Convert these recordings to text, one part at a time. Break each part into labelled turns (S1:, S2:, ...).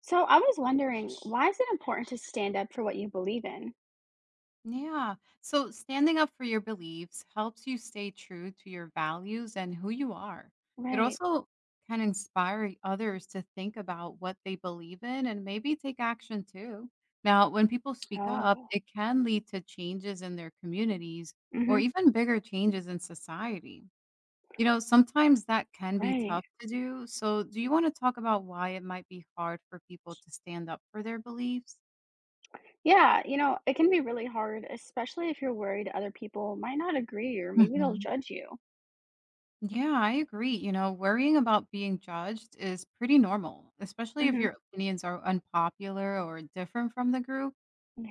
S1: So I was wondering, why is it important to stand up for what you believe in?
S2: Yeah. So standing up for your beliefs helps you stay true to your values and who you are. It
S1: Right.
S2: also can inspire others to think about what they believe in and maybe take action too. Now, when people speak up,
S1: Oh.
S2: it can lead to changes in their communities or
S1: Hmm.
S2: even bigger changes in society. You know, sometimes that can be
S1: Right.
S2: tough to do. So, do you want to talk about why it might be hard for people to stand up for their beliefs?
S1: Yeah, you know, it can be really hard, especially if you're worried other people might not agree or maybe they'll judge you.
S2: Yeah, I agree. You know, worrying about being judged is pretty normal, especially if
S1: Hmm.
S2: your opinions are unpopular or different from the group.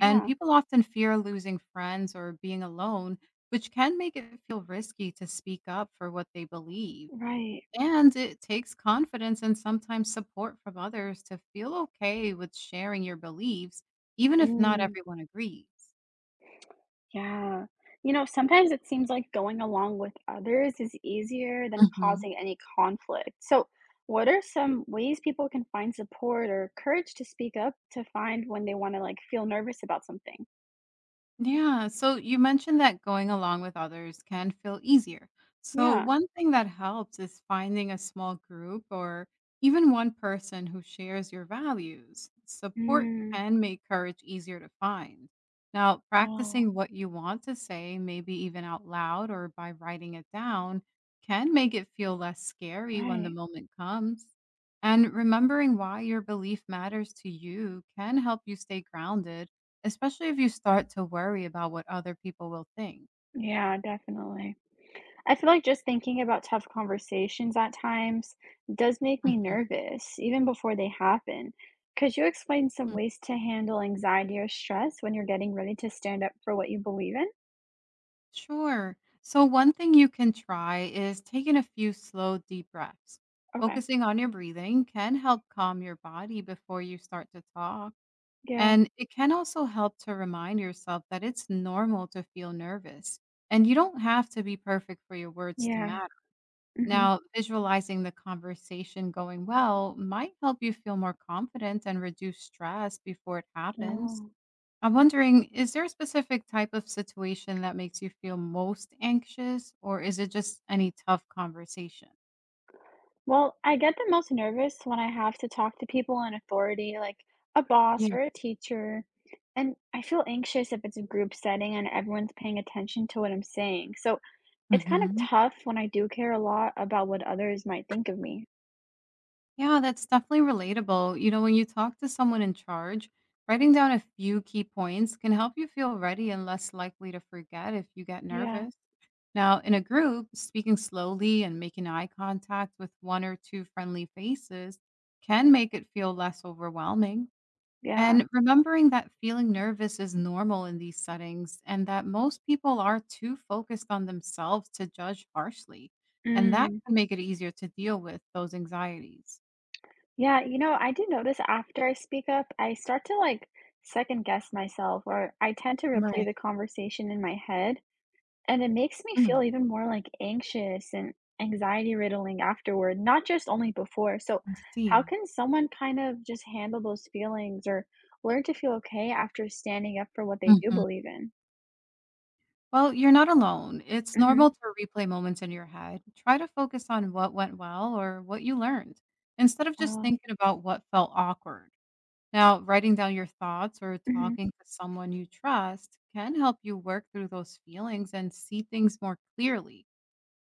S2: And people often fear losing friends or being alone, which can make it feel risky to speak up for what they believe.
S1: Right.
S2: And it takes confidence and sometimes support from others to feel okay with sharing your beliefs, even if not
S1: Mm,
S2: everyone agrees.
S1: yeah. You know, sometimes it seems like going along with others is easier than causing any conflict. So, what are some ways people can find support or courage to speak up to find when they want to like feel nervous about something?
S2: Yeah. So you mentioned that going along with others can feel easier. So
S1: Yeah.
S2: one thing that helps is finding a small group or even one person who shares your values. Support
S1: Mm.
S2: can make courage easier to find. Now,
S1: Oh,
S2: practicing what you want to say, maybe even out loud or by writing it down, can make it feel less scary when the
S1: right.
S2: moment comes. And remembering why your belief matters to you can help you stay grounded, especially if you start to worry about what other people will think.
S1: Yeah, definitely. I feel like just thinking about tough conversations at times does make me
S2: Mhm.
S1: nervous, even before they happen. Could you explain some
S2: Mm.
S1: ways to handle anxiety or stress when you're getting ready to stand up for what you believe in?
S2: Sure. So, one thing you can try is taking a few slow, deep breaths.
S1: Okay.
S2: Focusing on your breathing can help calm your body before you start to talk.
S1: Yeah.
S2: And it can also help to remind yourself that it's normal to feel nervous and you don't have to be perfect for your words to
S1: Yeah.
S2: matter.
S1: Mm-hmm.
S2: Now, visualizing the conversation going well might help you feel more confident and reduce stress before it happens.
S1: Oh.
S2: I'm wondering, is there a specific type of situation that makes you feel most anxious, or is it just any tough conversation?
S1: Well, I get the most nervous when I have to talk to people in authority, like a
S2: Yeah.
S1: boss or a teacher. And I feel anxious if it's a group setting and everyone's paying attention to what I'm saying. So it's kind of
S2: Hmm.
S1: tough when I do care a lot about what others might think of me.
S2: Yeah, that's definitely relatable. You know, when you talk to someone in charge, writing down a few key points can help you feel ready and less likely to forget if you get
S1: Yeah,
S2: nervous. Now, in a group, speaking slowly and making eye contact with one or two friendly faces can make it feel less overwhelming.
S1: yeah.
S2: And remembering that feeling nervous is normal in these settings and that most people are too focused on themselves to judge harshly. And that
S1: Mm.
S2: can make it easier to deal with those anxieties.
S1: Yeah, you know, I do notice after I speak up, I start to like second guess myself, or I tend to replay
S2: Right.
S1: the conversation in my head. And it makes me
S2: Mm.
S1: feel even more, like, anxious and anxiety-riddling afterward, not just only before. So,
S2: I
S1: how
S2: see.
S1: can someone kind of just handle those feelings or learn to feel okay after standing up for what they do
S2: Mhm.
S1: believe in?
S2: Well, you're not alone. It's
S1: Mhm.
S2: normal to replay moments in your head. Try to focus on what went well or what you learned instead of just
S1: Oh.
S2: thinking about what felt awkward. Now, writing down your thoughts or
S1: Mhm.
S2: talking to someone you trust can help you work through those feelings and see things more clearly.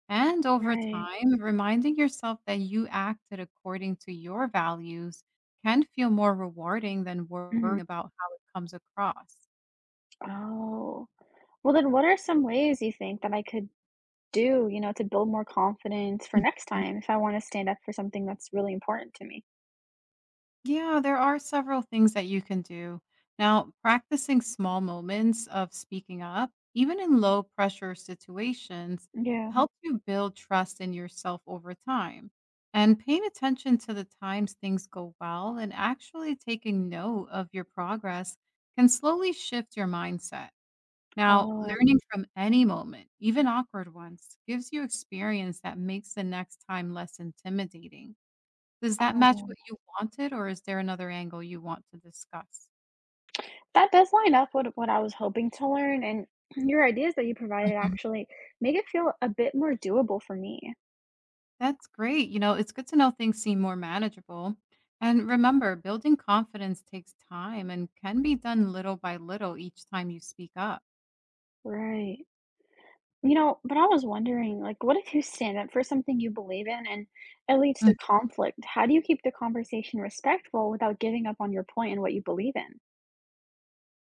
S2: And over
S1: Right.
S2: time, reminding yourself that you acted according to your values can feel more rewarding than worrying
S1: Mhm.
S2: about how it comes across.
S1: Oh. Well, then what are some ways you think that I could do, you know, to build more confidence for next time if I wanna stand up for something that's really important to me?
S2: Yeah, there are several things that you can do. Now, practicing small moments of speaking up, even in low pressure situations, Mhm.
S1: Yeah.
S2: helps you build trust in yourself over time. And paying attention to the times things go well and actually taking note of your progress can slowly shift your mindset. Now,
S1: Oh.
S2: learning from any moment, even awkward ones, gives you experience that makes the next time less intimidating. Does that match
S1: Oh.
S2: what you wanted, or is there another angle you want to discuss?
S1: That does line up with what I was hoping to learn, and your ideas that you provided
S2: Mhm.
S1: actually make it feel a bit more doable for me.
S2: That's great. You know, it's good to know things seem more manageable. And remember, building confidence takes time and can be done little by little each time you speak up.
S1: Right. You know, but I was wondering, like, what if you stand up for something you believe in and it leads to conflict? How do you keep the conversation respectful without giving up on your point and what you believe in?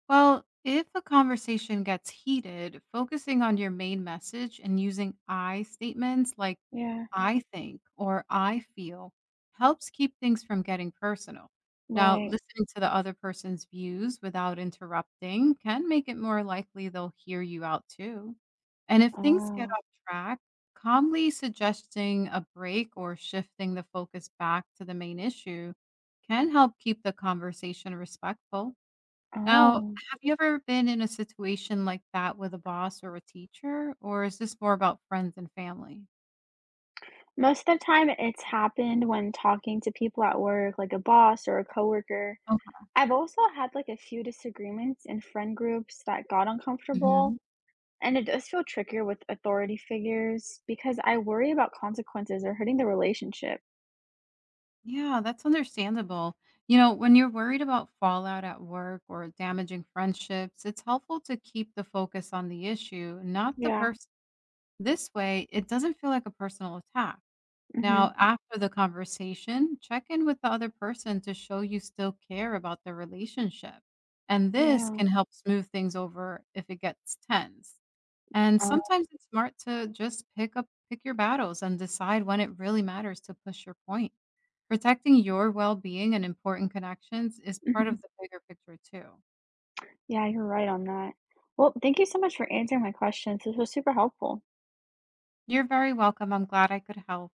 S2: Well, if a conversation gets heated, focusing on your main message and using I statements like Mhm.
S1: Yeah.
S2: I think or I feel helps keep things from getting personal. Now,
S1: Right.
S2: listening to the other person's views without interrupting can make it more likely they'll hear you out too. And if things get
S1: Oh.
S2: off track, calmly suggesting a break or shifting the focus back to the main issue can help keep the conversation respectful. Now,
S1: Oh,
S2: have you ever been in a situation like that with a boss or a teacher, or is this more about friends and family?
S1: most of the time it's happened when talking to people at work, like a boss or a coworker.
S2: Okay.
S1: I've also had like a few disagreements in friend groups that got uncomfortable,
S2: Mhm.
S1: and it does feel trickier with authority figures because I worry about consequences or hurting the relationship.
S2: Yeah, that's understandable. You know, when you're worried about fallout at work or damaging friendships, it's helpful to keep the focus on the issue, not the
S1: Yeah.
S2: person. This way, it doesn't feel like a personal attack.
S1: Hmm.
S2: Now, after the conversation, check in with the other person to show you still care about the relationship. And this
S1: Yeah.
S2: can help smooth things over if it gets tense. And
S1: Uh,
S2: sometimes it's smart to just pick your battles and decide when it really matters to push your point. Protecting your well-being and important connections is part
S1: hmm.
S2: of the bigger picture too.
S1: Yeah, you're right on that. Well, thank you so much for answering my questions. This was super helpful.
S2: You're very welcome. I'm glad I could help.